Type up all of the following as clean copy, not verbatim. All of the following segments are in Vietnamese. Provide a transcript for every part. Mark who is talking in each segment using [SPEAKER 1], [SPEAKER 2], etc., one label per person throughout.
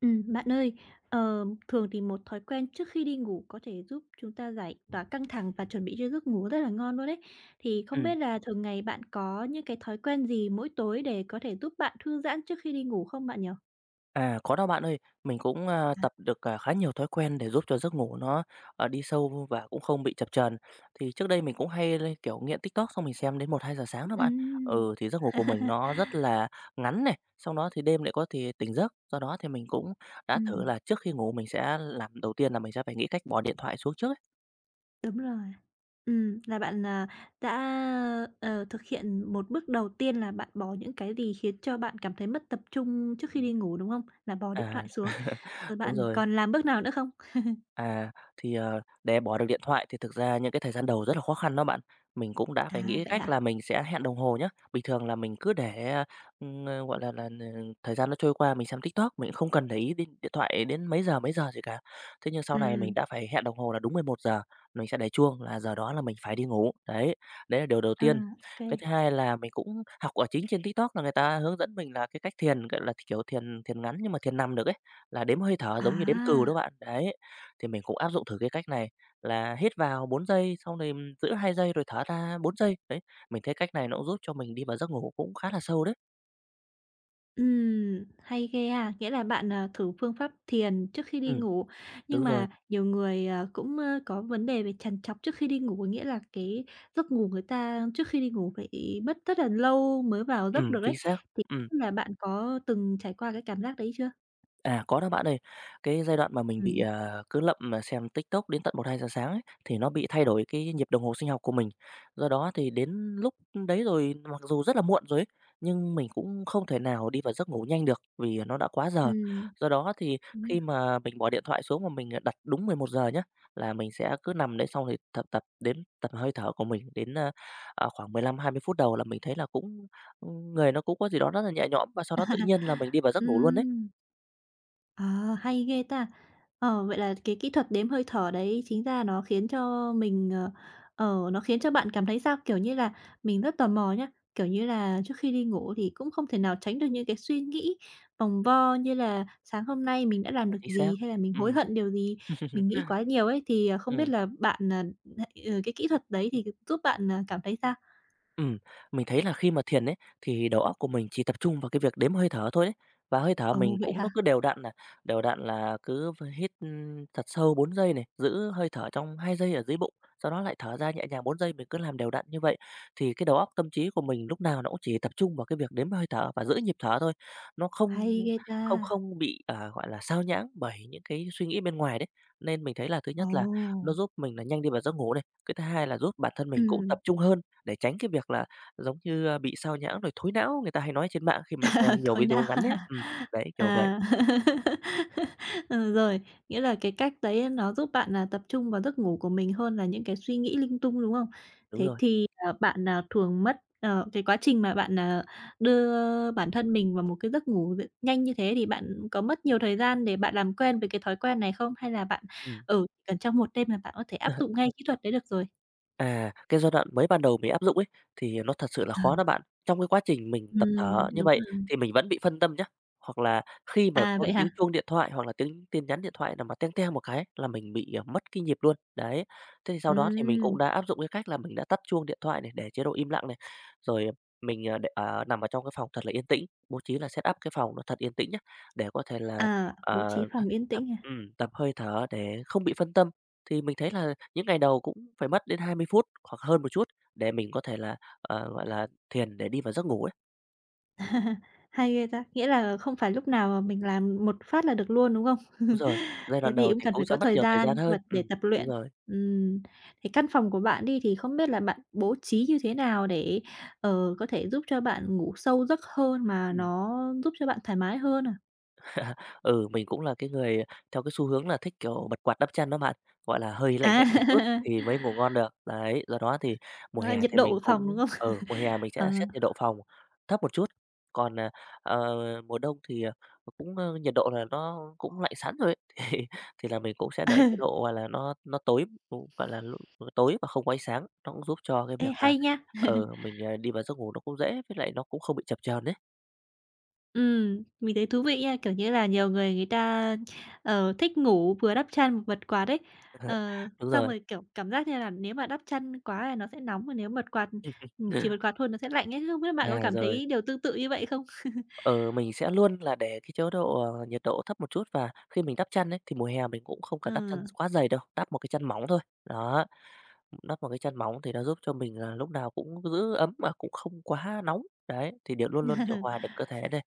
[SPEAKER 1] Bạn ơi, thường thì một thói quen trước khi đi ngủ có thể giúp chúng ta giải tỏa căng thẳng và chuẩn bị cho giấc ngủ rất là ngon luôn đấy. Thì không
[SPEAKER 2] Ừm,
[SPEAKER 1] biết là thường ngày bạn có những cái thói quen gì mỗi tối để có thể giúp bạn thư giãn trước khi đi ngủ không bạn nhỉ?
[SPEAKER 2] à, có đó bạn ơi. Mình cũng, tập được, khá nhiều thói quen để giúp cho giấc ngủ nó, đi sâu và cũng không bị chập chờn. Thì trước đây mình cũng hay lên, kiểu, nghiện TikTok xong mình xem đến 1-2 giờ sáng đó
[SPEAKER 1] Ừ,
[SPEAKER 2] bạn. Ừ, thì giấc ngủ của mình nó rất là ngắn này, sau đó thì đêm lại có thì tỉnh giấc. Do đó thì mình cũng đã thử
[SPEAKER 1] ừm,
[SPEAKER 2] là trước khi ngủ mình sẽ làm đầu tiên là mình sẽ phải nghĩ cách bỏ điện thoại xuống trước ấy.
[SPEAKER 1] đúng rồi. Là bạn, đã, thực hiện một bước đầu tiên là bạn bỏ những cái gì khiến cho bạn cảm thấy mất tập trung trước khi
[SPEAKER 2] Ừm.
[SPEAKER 1] đi ngủ, đúng không? Là bỏ điện
[SPEAKER 2] À,
[SPEAKER 1] thoại xuống, rồi
[SPEAKER 2] đúng
[SPEAKER 1] bạn
[SPEAKER 2] rồi.
[SPEAKER 1] còn làm bước nào nữa không?
[SPEAKER 2] À, thì, để bỏ được điện thoại thì thực ra những cái thời gian đầu rất là khó khăn đó bạn. Mình cũng đã phải nghĩ
[SPEAKER 1] À,
[SPEAKER 2] cái
[SPEAKER 1] vậy
[SPEAKER 2] cách là
[SPEAKER 1] hả?
[SPEAKER 2] mình sẽ hẹn đồng hồ nhá. Bình thường là mình cứ để, gọi là thời gian nó trôi qua mình xem TikTok, mình không cần để ý đến điện thoại đến mấy giờ gì cả. Thế nhưng sau này mình
[SPEAKER 1] Ừ.
[SPEAKER 2] đã phải hẹn đồng hồ là đúng 11 giờ. Mình sẽ để chuông là giờ đó là mình phải đi ngủ, đấy, đấy là điều đầu
[SPEAKER 1] À,
[SPEAKER 2] tiên.
[SPEAKER 1] ô.
[SPEAKER 2] Cái thứ hai là mình cũng học ở chính trên TikTok là người ta hướng dẫn mình là cái cách thiền, gọi là, kiểu, thiền thiền ngắn nhưng mà thiền nằm được ấy, là đếm hơi thở giống như đếm cừu
[SPEAKER 1] À,
[SPEAKER 2] đó bạn, đấy. Thì mình cũng áp dụng thử cái cách này là hít vào 4 giây, xong rồi giữ 2 giây rồi thở ra 4 giây. Đấy, mình thấy cách này nó cũng giúp cho mình đi vào giấc ngủ cũng khá là sâu đấy.
[SPEAKER 1] hay ghê à. Nghĩa là bạn, thử phương pháp thiền trước khi đi
[SPEAKER 2] Ừm,
[SPEAKER 1] ngủ. Nhưng
[SPEAKER 2] đúng rồi.
[SPEAKER 1] mà nhiều người, cũng, có vấn đề về trằn trọc trước khi đi ngủ, nghĩa là cái giấc ngủ người ta trước khi đi ngủ phải mất rất là lâu mới vào giấc được
[SPEAKER 2] Chính
[SPEAKER 1] đấy.
[SPEAKER 2] xác.
[SPEAKER 1] Thì
[SPEAKER 2] Ừm.
[SPEAKER 1] không biết là bạn có từng trải qua cái cảm giác đấy chưa?
[SPEAKER 2] À, có đó bạn ơi. Cái giai đoạn mà mình bị,
[SPEAKER 1] Ừm.
[SPEAKER 2] cứ lậm, mà xem TikTok đến tận 1-2 giờ sáng ấy, thì nó bị thay đổi cái nhịp đồng hồ sinh học của mình. Do đó thì đến lúc đấy rồi, mặc dù rất là muộn rồi ấy, nhưng mình cũng không thể nào đi vào giấc ngủ nhanh được vì nó đã quá giờ.
[SPEAKER 1] Ừm,
[SPEAKER 2] Do đó thì
[SPEAKER 1] đúng rồi.
[SPEAKER 2] khi mà mình bỏ điện thoại xuống mà mình, đặt đúng 11 giờ nhá, là mình sẽ cứ nằm đấy xong thì tập tập đến tập hơi thở của mình đến, khoảng 15-20 phút đầu là mình thấy là cũng, người nó cũng có gì đó rất là nhẹ nhõm và sau đó tự nhiên là mình đi vào giấc ngủ luôn đấy.
[SPEAKER 1] Ừm. À, hay ghê ta! Ờ, vậy là cái kỹ thuật đếm hơi thở đấy chính ra nó khiến cho mình, nó khiến cho bạn cảm thấy sao? Kiểu như là, mình rất tò mò nhá, kiểu như là, trước khi đi ngủ thì cũng không thể nào tránh được những cái suy nghĩ vòng vo như là sáng hôm nay mình đã làm được
[SPEAKER 2] Chính xác.
[SPEAKER 1] gì, hay là mình hối
[SPEAKER 2] Ừ.
[SPEAKER 1] hận điều gì, mình nghĩ quá nhiều ấy, thì, không biết
[SPEAKER 2] Ừ.
[SPEAKER 1] là bạn, cái kỹ thuật đấy thì giúp bạn, cảm thấy sao?
[SPEAKER 2] Ừm, mình thấy là khi mà thiền ấy, thì đầu óc của mình chỉ tập trung vào cái việc đếm hơi thở thôi đấy. Và hơi thở
[SPEAKER 1] Ồ,
[SPEAKER 2] mình
[SPEAKER 1] vậy
[SPEAKER 2] cũng
[SPEAKER 1] hả?
[SPEAKER 2] nó cứ đều đặn là cứ hít, thật sâu 4 giây này, giữ hơi thở trong 2 giây ở dưới bụng, sau đó lại thở ra nhẹ nhàng 4 giây, mình cứ làm đều đặn như vậy. Thì cái đầu óc, tâm trí của mình lúc nào nó cũng chỉ tập trung vào cái việc đếm hơi thở và giữ nhịp thở thôi, nó không
[SPEAKER 1] Hay ghê ta!
[SPEAKER 2] không không bị, gọi là, sao nhãng bởi những cái suy nghĩ bên ngoài đấy. Nên mình thấy là thứ
[SPEAKER 1] Ồ,
[SPEAKER 2] nhất là nó giúp mình là nhanh đi vào giấc ngủ này, cái thứ hai là giúp bản thân mình cũng tập
[SPEAKER 1] ừm,
[SPEAKER 2] trung hơn để tránh cái việc là giống như, bị sao nhãng rồi thối não người ta hay nói trên mạng khi mà xem nhiều
[SPEAKER 1] thôi
[SPEAKER 2] video
[SPEAKER 1] nào.
[SPEAKER 2] ngắn ấy. Đấy, kiểu vậy.
[SPEAKER 1] À. Ừ, rồi, nghĩa là cái cách đấy nó giúp bạn là tập trung vào giấc ngủ của mình hơn là những cái suy nghĩ linh tung, đúng không?
[SPEAKER 2] Đúng
[SPEAKER 1] Thế
[SPEAKER 2] rồi,
[SPEAKER 1] thì, bạn, thường mất cái quá trình mà bạn, đưa bản thân mình vào một cái giấc ngủ nhanh như thế thì bạn có mất nhiều thời gian để bạn làm quen với cái thói quen này không? Hay là bạn, chỉ cần trong một đêm là bạn có thể
[SPEAKER 2] ừm.
[SPEAKER 1] áp dụng ngay kỹ thuật đấy được rồi?
[SPEAKER 2] À, cái giai đoạn mới ban đầu mình áp dụng ấy, thì nó thật sự là khó đó bạn. Trong cái quá trình mình tập thở như
[SPEAKER 1] Đúng
[SPEAKER 2] vậy
[SPEAKER 1] rồi.
[SPEAKER 2] thì mình vẫn bị phân tâm nhá, hoặc là khi mà
[SPEAKER 1] À,
[SPEAKER 2] có cái
[SPEAKER 1] vậy hả?
[SPEAKER 2] tiếng chuông điện thoại hoặc là tiếng tin nhắn điện thoại nào mà teng teng một cái là mình bị, mất cái nhịp luôn, đấy. Thế thì sau đó thì mình
[SPEAKER 1] Ừm,
[SPEAKER 2] cũng đã áp dụng cái cách là mình đã tắt chuông điện thoại này, để chế độ im lặng này, rồi mình, để, nằm ở trong cái phòng thật là yên tĩnh, bố trí là setup cái phòng nó thật yên tĩnh nhá, để có thể là,
[SPEAKER 1] à, bố trí
[SPEAKER 2] ờ,
[SPEAKER 1] phòng yên
[SPEAKER 2] tập
[SPEAKER 1] tĩnh à?
[SPEAKER 2] tập hơi thở để không bị phân tâm. Thì mình thấy là những ngày đầu cũng phải mất đến 20 phút hoặc hơn một chút để mình có thể là, gọi là, thiền để đi vào giấc ngủ ấy.
[SPEAKER 1] Hay ghê ta! Nghĩa là không phải lúc nào mà mình làm một phát là được luôn, đúng không?
[SPEAKER 2] Đúng rồi, giai
[SPEAKER 1] Cái
[SPEAKER 2] đoạn
[SPEAKER 1] gì
[SPEAKER 2] đầu
[SPEAKER 1] cũng
[SPEAKER 2] thì
[SPEAKER 1] cần
[SPEAKER 2] cũng
[SPEAKER 1] phải
[SPEAKER 2] sẽ
[SPEAKER 1] có
[SPEAKER 2] mất
[SPEAKER 1] thời
[SPEAKER 2] nhiều thời gian
[SPEAKER 1] gian
[SPEAKER 2] hơn.
[SPEAKER 1] và để tập
[SPEAKER 2] Đúng
[SPEAKER 1] luyện.
[SPEAKER 2] rồi.
[SPEAKER 1] Ừm, thế căn phòng của bạn đi thì không biết là bạn bố trí như thế nào để, có thể giúp cho bạn ngủ sâu giấc hơn mà
[SPEAKER 2] Ừm.
[SPEAKER 1] nó giúp cho bạn thoải mái hơn à?
[SPEAKER 2] Ừ, mình cũng là cái người theo cái xu hướng là thích, kiểu, bật quạt đắp chăn đó bạn, gọi là, hơi lạnh
[SPEAKER 1] À,
[SPEAKER 2] lạnh một chút thì mới ngủ ngon được. Đấy, do đó thì
[SPEAKER 1] đó là nhiệt độ của phòng, đúng không?
[SPEAKER 2] mùa hè mình
[SPEAKER 1] Ờ,
[SPEAKER 2] sẽ set nhiệt độ phòng thấp một chút, còn, ờ, mùa đông thì, cũng, nhiệt độ là nó cũng lạnh sẵn rồi ấy, thì thì là mình cũng sẽ để cái độ, gọi là, nó tối, cũng, gọi là, tối và không có ánh sáng, nó cũng giúp cho cái
[SPEAKER 1] ê,
[SPEAKER 2] việc là,
[SPEAKER 1] hay nha!
[SPEAKER 2] mình, đi vào giấc ngủ nó cũng dễ, với lại nó cũng không bị chập chờn đấy.
[SPEAKER 1] Mình thấy thú vị nha, kiểu như là, nhiều người người ta, thích ngủ vừa đắp chăn vừa bật quạt ấy. Ờ,
[SPEAKER 2] Đúng
[SPEAKER 1] xong
[SPEAKER 2] rồi.
[SPEAKER 1] rồi, kiểu, cảm giác như là nếu mà đắp chăn quá là nó sẽ nóng, mà nếu bật quạt, chỉ bật quạt thôi nó sẽ lạnh ấy. Không biết bạn
[SPEAKER 2] À,
[SPEAKER 1] có cảm
[SPEAKER 2] rồi.
[SPEAKER 1] thấy điều tương tự như vậy không?
[SPEAKER 2] Ờ, mình sẽ luôn là để cái chế độ, nhiệt độ thấp một chút và khi mình đắp chăn ấy, thì mùa hè mình cũng không
[SPEAKER 1] Ờ.
[SPEAKER 2] cần đắp chăn quá dày đâu, đắp một cái chăn mỏng thôi. Đó, đắp một cái chăn mỏng thì nó giúp cho mình là lúc nào cũng giữ ấm mà cũng không quá nóng. Đấy, thì điều luôn luôn điều hòa được cơ thể này.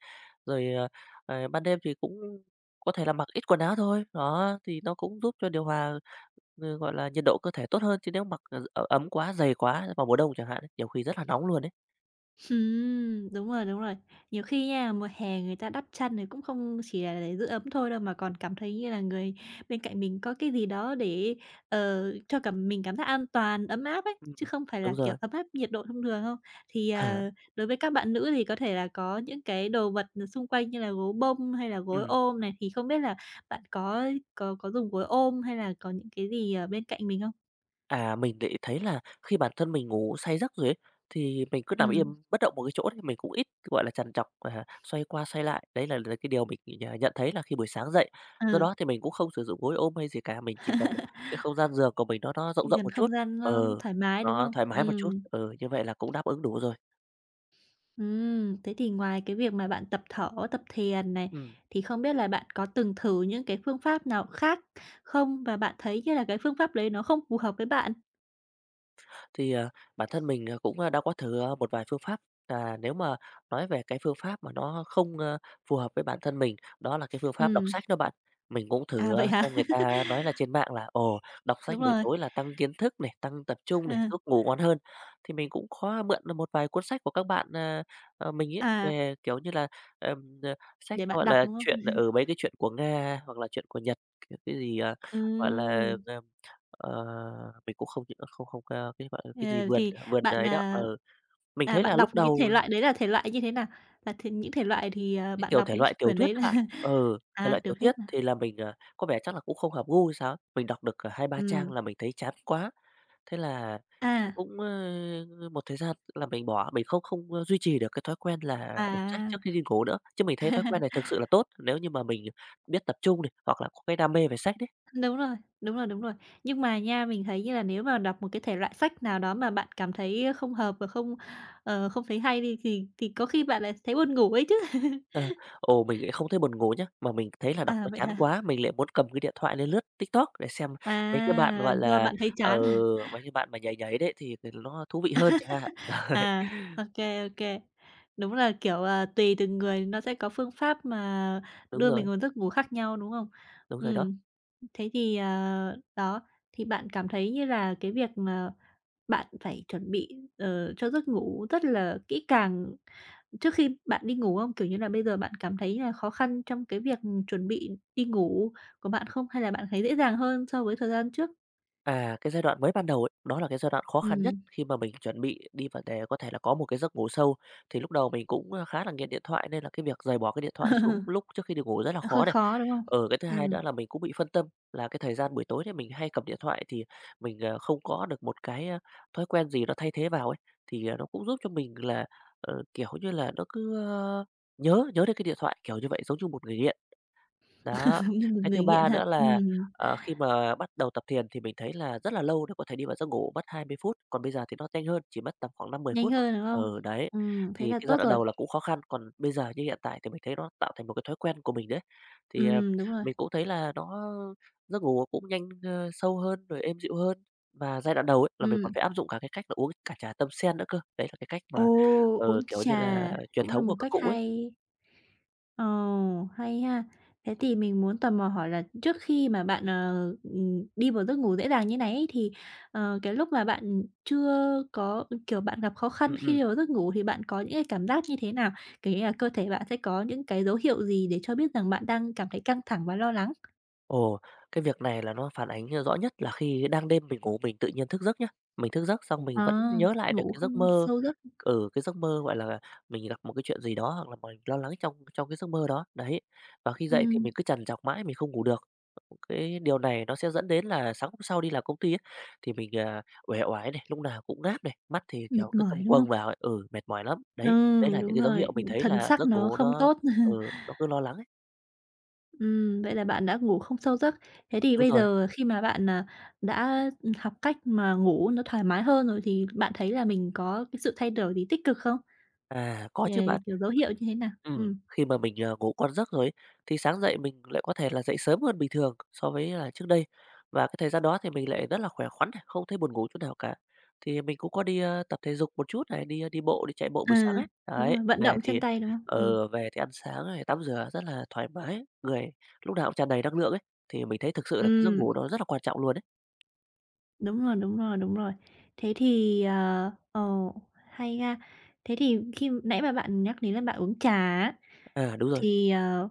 [SPEAKER 2] Rồi, ban đêm thì cũng có thể là mặc ít quần áo thôi, đó, thì nó cũng giúp cho điều hòa, gọi là, nhiệt độ cơ thể tốt hơn, chứ nếu mặc, ấm quá, dày quá vào mùa đông chẳng hạn ấy, nhiều khi rất là nóng luôn đấy.
[SPEAKER 1] Đúng rồi, đúng rồi. Nhiều khi nha, mùa hè người ta đắp chăn thì cũng không chỉ là để giữ ấm thôi đâu, mà còn cảm thấy như là người bên cạnh mình có cái gì đó để, cho cảm mình cảm giác an toàn, ấm áp ấy,
[SPEAKER 2] Ừm,
[SPEAKER 1] chứ không phải
[SPEAKER 2] đúng
[SPEAKER 1] là, kiểu,
[SPEAKER 2] rồi.
[SPEAKER 1] ấm áp nhiệt độ thông thường không? Thì, đối với các bạn nữ thì có thể là có những cái đồ vật xung quanh như là gối bông hay là gối
[SPEAKER 2] Ừm.
[SPEAKER 1] ôm này, thì không biết là bạn có dùng gối ôm hay là có những cái gì ở bên cạnh mình không?
[SPEAKER 2] À, mình để ý thấy là khi bản thân mình ngủ say giấc rồi ấy, thì mình cứ nằm
[SPEAKER 1] Ừ,
[SPEAKER 2] im bất động một cái chỗ thì mình cũng ít, gọi là, trằn trọc, xoay qua xoay lại. Đấy là cái điều mình nhận thấy là khi buổi sáng dậy.
[SPEAKER 1] ờ,
[SPEAKER 2] Do đó thì mình cũng không sử dụng gối ôm hay gì cả, mình chỉ cần cái không gian giường của mình nó rộng
[SPEAKER 1] chỉ
[SPEAKER 2] rộng
[SPEAKER 1] cần
[SPEAKER 2] một chút.
[SPEAKER 1] không gian nó
[SPEAKER 2] Ờ,
[SPEAKER 1] thoải mái, đúng
[SPEAKER 2] nó
[SPEAKER 1] không?
[SPEAKER 2] thoải
[SPEAKER 1] Ừ.
[SPEAKER 2] mái một chút. Ừ, như vậy là cũng đáp ứng đủ rồi.
[SPEAKER 1] Thế thì ngoài cái việc mà bạn tập thở, tập thiền này,
[SPEAKER 2] Ừm.
[SPEAKER 1] thì không biết là bạn có từng thử những cái phương pháp nào khác không? Và bạn thấy như là cái phương pháp đấy nó không phù hợp với bạn?
[SPEAKER 2] Thì, bản thân mình, cũng, đã có thử, một vài phương pháp, nếu mà nói về cái phương pháp mà nó không, phù hợp với bản thân mình, đó là cái phương pháp đọc
[SPEAKER 1] Ừm,
[SPEAKER 2] sách đó bạn. Mình cũng
[SPEAKER 1] à,
[SPEAKER 2] thử,
[SPEAKER 1] vậy hả?
[SPEAKER 2] xem người ta nói là trên mạng là, ồ, đọc sách
[SPEAKER 1] Đúng
[SPEAKER 2] buổi
[SPEAKER 1] rồi,
[SPEAKER 2] tối là tăng kiến thức này, tăng tập trung
[SPEAKER 1] ờ,
[SPEAKER 2] này, giúp ngủ ngon hơn. Thì mình cũng có mượn một vài cuốn sách của các bạn, mình ấy,
[SPEAKER 1] à,
[SPEAKER 2] về, kiểu như là, ờm, ờ, sách,
[SPEAKER 1] để bạn
[SPEAKER 2] gọi
[SPEAKER 1] đọc,
[SPEAKER 2] là,
[SPEAKER 1] đúng không?
[SPEAKER 2] chuyện ở mấy cái chuyện của Nga hoặc là chuyện của Nhật, kiểu, cái gì, gọi
[SPEAKER 1] Ừm,
[SPEAKER 2] làỜ, mình cũng không không không, cái, gọi là, cái gì
[SPEAKER 1] ờ,
[SPEAKER 2] vườn
[SPEAKER 1] thì
[SPEAKER 2] vườn
[SPEAKER 1] bạn,
[SPEAKER 2] đấy đó.Mình thấy là
[SPEAKER 1] bạn đọc
[SPEAKER 2] lúc
[SPEAKER 1] cái
[SPEAKER 2] đầu
[SPEAKER 1] thể
[SPEAKER 2] là
[SPEAKER 1] loại đấy là thể loại như thế nào? Là những thể loại thì,
[SPEAKER 2] cái
[SPEAKER 1] bạn
[SPEAKER 2] kiểu
[SPEAKER 1] đọc
[SPEAKER 2] thể
[SPEAKER 1] những
[SPEAKER 2] loại tiểu
[SPEAKER 1] quyển
[SPEAKER 2] thuyết
[SPEAKER 1] đấy
[SPEAKER 2] các
[SPEAKER 1] là
[SPEAKER 2] bạn, ừ, thể
[SPEAKER 1] à,
[SPEAKER 2] loại tiểu
[SPEAKER 1] tiểu
[SPEAKER 2] thuyết
[SPEAKER 1] thuyết à?
[SPEAKER 2] thì là mình, có vẻ chắc là cũng không hợp gu hay sao ấy. Mình đọc được, 2-3 trang
[SPEAKER 1] Ừm,
[SPEAKER 2] là mình thấy chán quá, thế là cũng
[SPEAKER 1] à,
[SPEAKER 2] cũng, một thời gian là mình bỏ, mình không không, duy trì được cái thói quen là đọc sách
[SPEAKER 1] à.
[SPEAKER 2] trước khi đi ngủ nữa. Chứ mình thấy thói quen này thực sự là tốt, nếu như mà mình biết tập trung này, hoặc là có cái đam mê về sách đấy.
[SPEAKER 1] Đúng rồi, đúng rồi, đúng rồi. Nhưng mà nha, mình thấy như là nếu mà đọc một cái thể loại sách nào đó mà bạn cảm thấy không hợp và không, không thấy hay đi thì có khi bạn lại thấy buồn ngủ ấy chứ.
[SPEAKER 2] Ờ, ồ, mình lại không thấy buồn ngủ nhá, mà mình thấy là đọc
[SPEAKER 1] À,
[SPEAKER 2] nó
[SPEAKER 1] vậy
[SPEAKER 2] chán
[SPEAKER 1] hả?
[SPEAKER 2] quá, mình lại muốn cầm cái điện thoại lên lướt TikTok để xem mấy cái bạn,
[SPEAKER 1] À,
[SPEAKER 2] gọi
[SPEAKER 1] do
[SPEAKER 2] là,
[SPEAKER 1] bạn thấy
[SPEAKER 2] ờ,
[SPEAKER 1] chán.
[SPEAKER 2] mấy cái bạn mà nhảy nhảy đấy thì nó thú vị hơn chẳng hạn.
[SPEAKER 1] À, ok ok. Đúng là, kiểu, à, tùy từng người nó sẽ có phương pháp mà
[SPEAKER 2] Đúng
[SPEAKER 1] đưa
[SPEAKER 2] rồi,
[SPEAKER 1] mình vào giấc ngủ khác nhau, đúng không?
[SPEAKER 2] đúng rồi đó.
[SPEAKER 1] Ừm, thế thì, đó, thì bạn cảm thấy như là cái việc mà bạn phải chuẩn bị, cho giấc ngủ rất là kỹ càng trước khi bạn đi ngủ không? Kiểu như là, bây giờ bạn cảm thấy là khó khăn trong cái việc, chuẩn bị đi ngủ của bạn không? Hay là bạn thấy dễ dàng hơn so với thời gian trước?
[SPEAKER 2] À, cái giai đoạn mới ban đầu ấy, đó là cái giai đoạn khó khăn nhất
[SPEAKER 1] Ừm.
[SPEAKER 2] khi mà mình chuẩn bị đi vào để có thể là có một cái giấc ngủ sâu. Thì lúc đầu mình cũng, khá là nghiện điện thoại nên là cái việc rời bỏ cái điện thoại xuống lúc trước khi đi ngủ rất là
[SPEAKER 1] Hơi
[SPEAKER 2] khó.
[SPEAKER 1] khó, đúng không?
[SPEAKER 2] Ở cái thứ hai
[SPEAKER 1] Ừm,
[SPEAKER 2] nữa là mình cũng bị phân tâm, là cái thời gian buổi tối thì mình hay cầm điện thoại thì mình, không có được một cái, thói quen gì nó thay thế vào ấy, thì, nó cũng giúp cho mình là, kiểu như là, nó cứ, nhớ nhớ đến cái điện thoại, kiểu như vậy, giống như một người nghiện. Đó,
[SPEAKER 1] giống như một
[SPEAKER 2] cái thứ
[SPEAKER 1] người nghiện
[SPEAKER 2] ba nữa
[SPEAKER 1] hả?
[SPEAKER 2] là, khi mà bắt đầu tập thiền thì mình thấy là rất là lâu để có thể đi vào giấc ngủ, mất 20 phút, còn bây giờ thì nó nhanh hơn, chỉ mất tầm khoảng năm mười
[SPEAKER 1] Nhanh
[SPEAKER 2] phút thôi.
[SPEAKER 1] hơn, đúng không?
[SPEAKER 2] Ừ, đấy,
[SPEAKER 1] Thế
[SPEAKER 2] thì
[SPEAKER 1] là
[SPEAKER 2] cái giai
[SPEAKER 1] tốt
[SPEAKER 2] đoạn
[SPEAKER 1] rồi.
[SPEAKER 2] đầu là cũng khó khăn, còn bây giờ như hiện tại thì mình thấy nó tạo thành một cái thói quen của mình đấy. Thì,
[SPEAKER 1] Đúng rồi.
[SPEAKER 2] mình cũng thấy là nó giấc ngủ cũng nhanh, sâu hơn, rồi êm dịu hơn. Và giai đoạn đầu ấy là mình còn
[SPEAKER 1] Ừm.
[SPEAKER 2] phải áp dụng cả cái cách là uống cả trà tâm sen nữa cơ, đấy là cái cách
[SPEAKER 1] Ồ,
[SPEAKER 2] mà,
[SPEAKER 1] uống
[SPEAKER 2] kiểu như là,
[SPEAKER 1] trà
[SPEAKER 2] truyền
[SPEAKER 1] cũng là
[SPEAKER 2] thống của
[SPEAKER 1] một
[SPEAKER 2] các
[SPEAKER 1] cách
[SPEAKER 2] cụ ấy.
[SPEAKER 1] hay. Ờ, hay ha. Thế thì mình muốn tò mò hỏi là trước khi mà bạn, đi vào giấc ngủ dễ dàng như này ấy, thì, cái lúc mà bạn chưa có kiểu, bạn gặp khó
[SPEAKER 2] Ừm,
[SPEAKER 1] khăn khi
[SPEAKER 2] ừm.
[SPEAKER 1] đi vào giấc ngủ thì bạn có những cái cảm giác như thế nào? Kiểu như là cơ thể bạn sẽ có những cái dấu hiệu gì để cho biết rằng bạn đang cảm thấy căng thẳng và lo lắng?
[SPEAKER 2] Ồ, cái việc này là nó phản ánh, rõ nhất là khi đang đêm mình ngủ mình tự nhiên thức giấc nhá. Mình thức giấc xong mình
[SPEAKER 1] Ờ,
[SPEAKER 2] vẫn nhớ lại được
[SPEAKER 1] ngủ
[SPEAKER 2] cái giấc
[SPEAKER 1] không
[SPEAKER 2] mơ,
[SPEAKER 1] sâu giấc,
[SPEAKER 2] ừ, cái giấc mơ, gọi là, mình gặp một cái chuyện gì đó hoặc là mình lo lắng trong trong cái giấc mơ đó, đấy. Và khi dậy thì
[SPEAKER 1] ừm,
[SPEAKER 2] mình cứ trằn trọc mãi mình không ngủ được. Cái điều này nó sẽ dẫn đến là sáng hôm sau đi làm công ty ấy, thì mình, uể oải này, lúc nào cũng ngáp này, mắt thì,
[SPEAKER 1] mệt
[SPEAKER 2] kiểu, cứ thâm
[SPEAKER 1] mỏi, đúng
[SPEAKER 2] quầng
[SPEAKER 1] không?
[SPEAKER 2] vào ấy, ừ, mệt mỏi lắm.
[SPEAKER 1] Ừ,
[SPEAKER 2] Đấy, đấy là những
[SPEAKER 1] đúng
[SPEAKER 2] cái dấu
[SPEAKER 1] rồi,
[SPEAKER 2] hiệu mình thấy
[SPEAKER 1] thần
[SPEAKER 2] là
[SPEAKER 1] sắc
[SPEAKER 2] giấc
[SPEAKER 1] nó
[SPEAKER 2] ngủ
[SPEAKER 1] không
[SPEAKER 2] nó
[SPEAKER 1] tốt.
[SPEAKER 2] nó cứ lo lắng ấy.
[SPEAKER 1] Vậy là bạn đã ngủ không sâu giấc. Thế thì
[SPEAKER 2] Đúng
[SPEAKER 1] bây
[SPEAKER 2] rồi,
[SPEAKER 1] giờ khi mà bạn, đã, học cách mà ngủ nó thoải mái hơn rồi thì bạn thấy là mình có cái sự thay đổi gì tích cực không?
[SPEAKER 2] có
[SPEAKER 1] Ờ,
[SPEAKER 2] chứ bạn.
[SPEAKER 1] kiểu, dấu hiệu như thế nào?
[SPEAKER 2] Khi mà mình, ngủ ngon giấc rồi ấy, thì sáng dậy mình lại có thể là dậy sớm hơn bình thường so với là trước đây. Và cái thời gian đó thì mình lại rất là khỏe khoắn này, không thấy buồn ngủ chút nào cả. Thì mình cũng có đi, tập thể dục một chút này, đi bộ, đi chạy bộ buổi sáng
[SPEAKER 1] À,
[SPEAKER 2] ấy.
[SPEAKER 1] đúng
[SPEAKER 2] Đấy,
[SPEAKER 1] rồi, vận động chân tay, đúng không?
[SPEAKER 2] về thì ăn sáng này, tắm rửa rất là thoải mái, người lúc nào cũng tràn đầy năng lượng ấy, thì mình thấy thực sự là cái giấc
[SPEAKER 1] Ừm,
[SPEAKER 2] ngủ đó rất là quan trọng luôn đấy.
[SPEAKER 1] đúng rồi, đúng rồi, đúng rồi. Thế thì, hay ha. Thế thì khi nãy mà bạn nhắc đến là bạn uống trà á,
[SPEAKER 2] À, đúng rồi,
[SPEAKER 1] thì,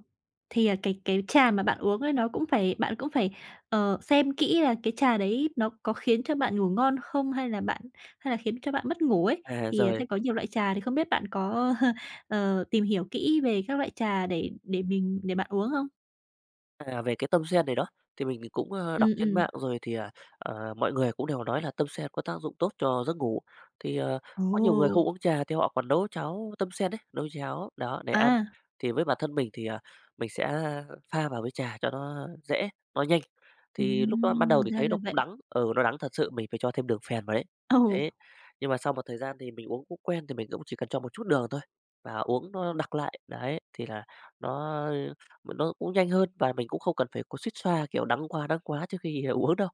[SPEAKER 1] thì, cái trà mà bạn uống ấy nó cũng phải bạn cũng phải, ờ, xem kỹ là cái trà đấy nó có khiến cho bạn ngủ ngon không hay là khiến cho bạn mất ngủ ấy.
[SPEAKER 2] à,
[SPEAKER 1] Thì,
[SPEAKER 2] rồi.
[SPEAKER 1] sẽ có nhiều loại trà thì không biết bạn có, tìm hiểu kỹ về các loại trà để mình để bạn uống không?
[SPEAKER 2] À, về cái tâm sen này đó, thì mình cũng, đọc
[SPEAKER 1] Ừ,
[SPEAKER 2] trên
[SPEAKER 1] ừ.
[SPEAKER 2] mạng rồi thì, mọi người cũng đều nói là tâm sen có tác dụng tốt cho giấc ngủ. Thì,
[SPEAKER 1] Ồ!
[SPEAKER 2] có nhiều người không uống trà thì họ còn nấu cháo tâm sen đấy nấu cháo đó để ăn.
[SPEAKER 1] À,
[SPEAKER 2] Thì với bản thân mình thì, mình sẽ pha vào với trà cho nó dễ, nó nhanh. Thì lúc đó ban đầu thì
[SPEAKER 1] ra
[SPEAKER 2] thấy nó
[SPEAKER 1] là
[SPEAKER 2] cũng
[SPEAKER 1] vậy.
[SPEAKER 2] đắng, ừ, nó đắng thật sự, mình phải cho thêm đường phèn vào đấy.
[SPEAKER 1] Ừ.
[SPEAKER 2] Thế, nhưng mà sau một thời gian thì mình uống cũng quen thì mình cũng chỉ cần cho một chút đường thôi và uống nó đặc lại, đấy, thì là nó mà nó cũng nhanh hơn và mình cũng không cần phải có xuýt xoa, kiểu, đắng quá trước khi uống đâu.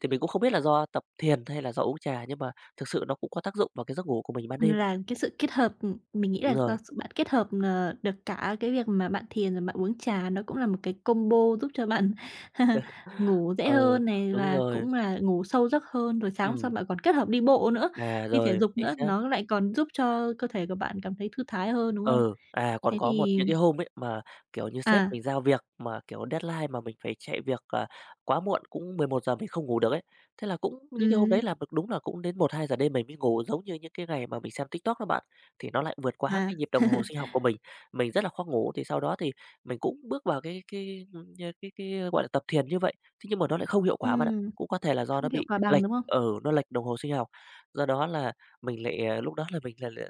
[SPEAKER 2] Thì mình cũng không biết là do tập thiền hay là do uống trà, nhưng mà thực sự nó cũng có tác dụng vào cái giấc ngủ của mình ban đêm ấy.
[SPEAKER 1] Là cái sự kết hợp, mình nghĩ
[SPEAKER 2] Đúng
[SPEAKER 1] là
[SPEAKER 2] rồi.
[SPEAKER 1] do sự bạn kết hợp, được cả cái việc mà bạn thiền rồi bạn uống trà, nó cũng là một cái combo giúp cho bạn ngủ dễ
[SPEAKER 2] Ờ,
[SPEAKER 1] hơn này,
[SPEAKER 2] đúng
[SPEAKER 1] và
[SPEAKER 2] rồi,
[SPEAKER 1] cũng là ngủ sâu giấc hơn, rồi sáng hôm sau
[SPEAKER 2] ừ,
[SPEAKER 1] bạn còn kết hợp đi bộ nữa, đi thể
[SPEAKER 2] rồi,
[SPEAKER 1] dục
[SPEAKER 2] chính
[SPEAKER 1] nữa,
[SPEAKER 2] xác.
[SPEAKER 1] nó lại còn giúp cho cơ thể của bạn cảm thấy thư thái hơn, đúng không?
[SPEAKER 2] Ừ, còn
[SPEAKER 1] Thế
[SPEAKER 2] có một
[SPEAKER 1] thì
[SPEAKER 2] những cái hôm ấy mà, kiểu như, sếp
[SPEAKER 1] à,
[SPEAKER 2] mình giao việc mà, kiểu, deadline mà mình phải chạy việc, quá muộn, cũng 11 giờ mình không ngủ được ấy. Thế là cũng những cái hôm đấy
[SPEAKER 1] ừm,
[SPEAKER 2] làm được đúng là cũng đến 1-2 giờ đêm mình mới ngủ, giống như những cái ngày mà mình xem TikTok đó bạn, thì nó lại vượt quá
[SPEAKER 1] à,
[SPEAKER 2] cái nhịp đồng hồ sinh học của mình. Mình rất là khó ngủ, thì sau đó thì mình cũng bước vào cái, ưm, cái, gọi là, tập thiền như vậy, thế nhưng mà nó lại không hiệu quả bạn ạ.
[SPEAKER 1] ừm,
[SPEAKER 2] Cũng có thể là do nó
[SPEAKER 1] không hiệu
[SPEAKER 2] bị
[SPEAKER 1] quả bằng,
[SPEAKER 2] lệch
[SPEAKER 1] đúng không?
[SPEAKER 2] ở nó lệch đồng hồ sinh học, do đó là mình lại, lúc đó là mình là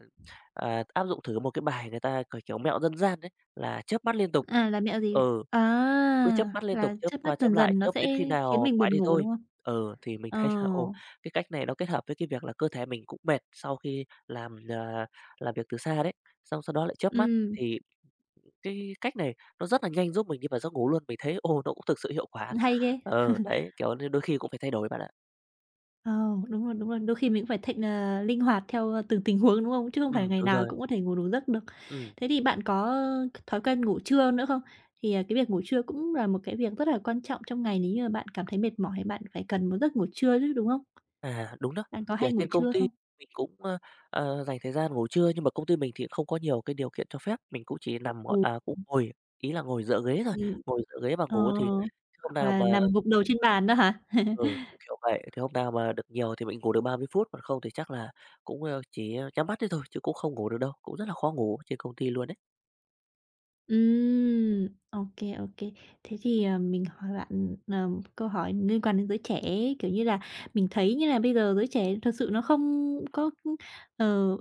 [SPEAKER 2] Áp dụng thử một cái bài người ta, kiểu, mẹo dân gian đấy là chớp mắt liên tục.
[SPEAKER 1] À, là mẹo gì?
[SPEAKER 2] Ừ,
[SPEAKER 1] À,
[SPEAKER 2] cứ chớp mắt liên tục,
[SPEAKER 1] là
[SPEAKER 2] chớp
[SPEAKER 1] chớp mắt
[SPEAKER 2] qua chớp
[SPEAKER 1] dần
[SPEAKER 2] lại,
[SPEAKER 1] dần nó
[SPEAKER 2] chớp
[SPEAKER 1] sẽ
[SPEAKER 2] đến khi
[SPEAKER 1] khiến
[SPEAKER 2] nào
[SPEAKER 1] mình
[SPEAKER 2] ngoái
[SPEAKER 1] buồn
[SPEAKER 2] thì
[SPEAKER 1] ngủ,
[SPEAKER 2] thôi.
[SPEAKER 1] đúng không?
[SPEAKER 2] Ừ, thì mình
[SPEAKER 1] Ờ,
[SPEAKER 2] thấy là, ồ, cái cách này nó kết hợp với cái việc là cơ thể mình cũng mệt sau khi làm việc từ xa đấy, xong sau đó lại chớp mắt,
[SPEAKER 1] ừm.
[SPEAKER 2] thì cái cách này nó rất là nhanh giúp mình đi vào giấc ngủ luôn. Mình thấy, ô nó cũng thực sự hiệu quả.
[SPEAKER 1] Hay ghê!
[SPEAKER 2] Ờ, đấy, kiểu, nên đôi khi cũng phải thay đổi bạn ạ.
[SPEAKER 1] Ờ, đúng rồi, đúng rồi. Đôi khi mình cũng phải linh hoạt theo, từng tình huống, đúng không? Chứ không phải ngày
[SPEAKER 2] Đúng
[SPEAKER 1] nào
[SPEAKER 2] rồi,
[SPEAKER 1] cũng có thể ngủ đủ giấc được.
[SPEAKER 2] ừm.
[SPEAKER 1] Thế thì bạn có, thói quen ngủ trưa nữa không? Thì, cái việc ngủ trưa cũng là một cái việc rất là quan trọng trong ngày nếu như mà bạn cảm thấy mệt mỏi, bạn phải cần một giấc ngủ trưa chứ, đúng không?
[SPEAKER 2] À, đúng đó.
[SPEAKER 1] Bạn có
[SPEAKER 2] Thì ở
[SPEAKER 1] hay ngủ
[SPEAKER 2] trên công
[SPEAKER 1] trưa
[SPEAKER 2] ty
[SPEAKER 1] không?
[SPEAKER 2] mình cũng, dành thời gian ngủ trưa, nhưng mà công ty mình thì không có nhiều cái điều kiện cho phép, mình cũng chỉ nằm, gọi
[SPEAKER 1] Ồ,
[SPEAKER 2] à, cũng ngồi, ý là ngồi dựa ghế thôi,
[SPEAKER 1] ừm,
[SPEAKER 2] ngồi dựa ghế mà
[SPEAKER 1] ờ,
[SPEAKER 2] ngủ thì hôm
[SPEAKER 1] hoặc
[SPEAKER 2] nào
[SPEAKER 1] là
[SPEAKER 2] mà
[SPEAKER 1] nằm gục đầu trên bàn đó hả?
[SPEAKER 2] ừ, cũng kiểu vậy, thì hôm nào mà được nhiều thì mình ngủ được 30 phút, còn không thì chắc là cũng, chỉ nhắm mắt thế thôi, chứ cũng không ngủ được đâu, cũng rất là khó ngủ trên công ty luôn đấy.
[SPEAKER 1] Ok, ok. Thế thì, mình hỏi bạn, câu hỏi liên quan đến giới trẻ kiểu như là, mình thấy như là bây giờ giới trẻ thật sự nó không có, ờ.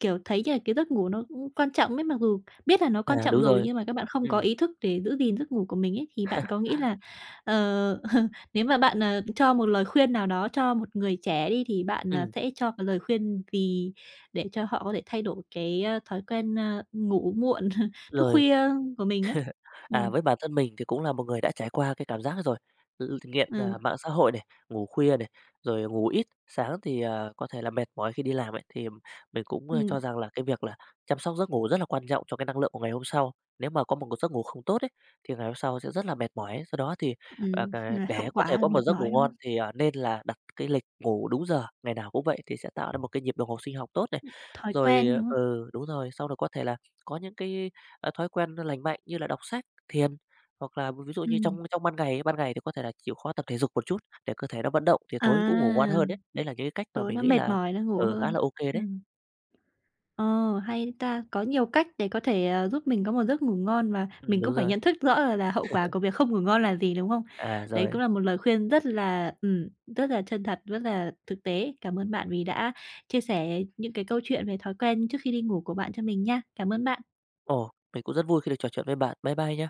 [SPEAKER 1] Kiểu, thấy như là cái giấc ngủ nó cũng quan trọng ấy, mặc dù biết là nó quan
[SPEAKER 2] À,
[SPEAKER 1] trọng
[SPEAKER 2] đúng
[SPEAKER 1] rồi
[SPEAKER 2] rồi,
[SPEAKER 1] nhưng mà các bạn
[SPEAKER 2] ừ,
[SPEAKER 1] không có ý thức để giữ gìn giấc ngủ của mình ấy, thì bạn có nghĩ là, ờ, nếu mà bạn, cho một lời khuyên nào đó cho một người trẻ đi thì bạn,
[SPEAKER 2] ừm,
[SPEAKER 1] sẽ cho cái lời khuyên vì để cho họ có thể thay đổi cái, thói quen, ngủ muộn, thức
[SPEAKER 2] rồi.
[SPEAKER 1] khuya của mình á?
[SPEAKER 2] À,
[SPEAKER 1] Ừm,
[SPEAKER 2] với bản thân mình thì cũng là một người đã trải qua cái cảm giác rồi, nghiện,
[SPEAKER 1] ờ,
[SPEAKER 2] mạng xã hội này, ngủ khuya này, rồi ngủ ít, sáng thì, có thể là mệt mỏi khi đi làm ấy, thì mình cũng,
[SPEAKER 1] ừm,
[SPEAKER 2] cho rằng là cái việc là chăm sóc giấc ngủ rất là quan trọng cho cái năng lượng của ngày hôm sau. Nếu mà có một giấc ngủ không tốt ấy, thì ngày hôm sau sẽ rất là mệt mỏi. Do đó thì, à, cà
[SPEAKER 1] là hậu
[SPEAKER 2] để có thể
[SPEAKER 1] quả
[SPEAKER 2] có một
[SPEAKER 1] mệt
[SPEAKER 2] giấc ngủ
[SPEAKER 1] mỏi, đúng
[SPEAKER 2] ngon
[SPEAKER 1] không?
[SPEAKER 2] thì, nên là đặt cái lịch ngủ đúng giờ, ngày nào cũng vậy thì sẽ tạo ra một cái nhịp đồng hồ sinh học tốt này.
[SPEAKER 1] Thói
[SPEAKER 2] Rồi
[SPEAKER 1] quen, đúng không?
[SPEAKER 2] ừ, đúng rồi, sau đó có thể là có những cái, thói quen lành mạnh như là đọc sách thiền, hoặc là ví dụ như
[SPEAKER 1] Ừm,
[SPEAKER 2] trong trong ban ngày ấy, ban ngày thì có thể là chịu khó tập thể dục một chút để cơ thể nó vận động thì
[SPEAKER 1] à,
[SPEAKER 2] tối cũng ngủ ngon hơn đấy. Đấy là những cái cách mà
[SPEAKER 1] tối
[SPEAKER 2] mình
[SPEAKER 1] nó
[SPEAKER 2] nghĩ
[SPEAKER 1] mệt
[SPEAKER 2] là,
[SPEAKER 1] mỏi, nó ngủ
[SPEAKER 2] ừ, khá
[SPEAKER 1] hơn.
[SPEAKER 2] là ok đấy.
[SPEAKER 1] Ừm. Ờ, hay ta! Có nhiều cách để có thể, giúp mình có một giấc ngủ ngon và mình
[SPEAKER 2] Đúng
[SPEAKER 1] cũng phải
[SPEAKER 2] rồi.
[SPEAKER 1] nhận thức rõ là hậu quả của việc không ngủ ngon là gì, đúng không?
[SPEAKER 2] À,
[SPEAKER 1] Đấy
[SPEAKER 2] rồi.
[SPEAKER 1] cũng là một lời khuyên rất là chân thật, rất là thực tế. Cảm ơn bạn vì đã chia sẻ những cái câu chuyện về thói quen trước khi đi ngủ của bạn cho mình nha. Cảm ơn bạn.
[SPEAKER 2] Ồ, mình cũng rất vui khi được trò chuyện với bạn. Bye bye nhá.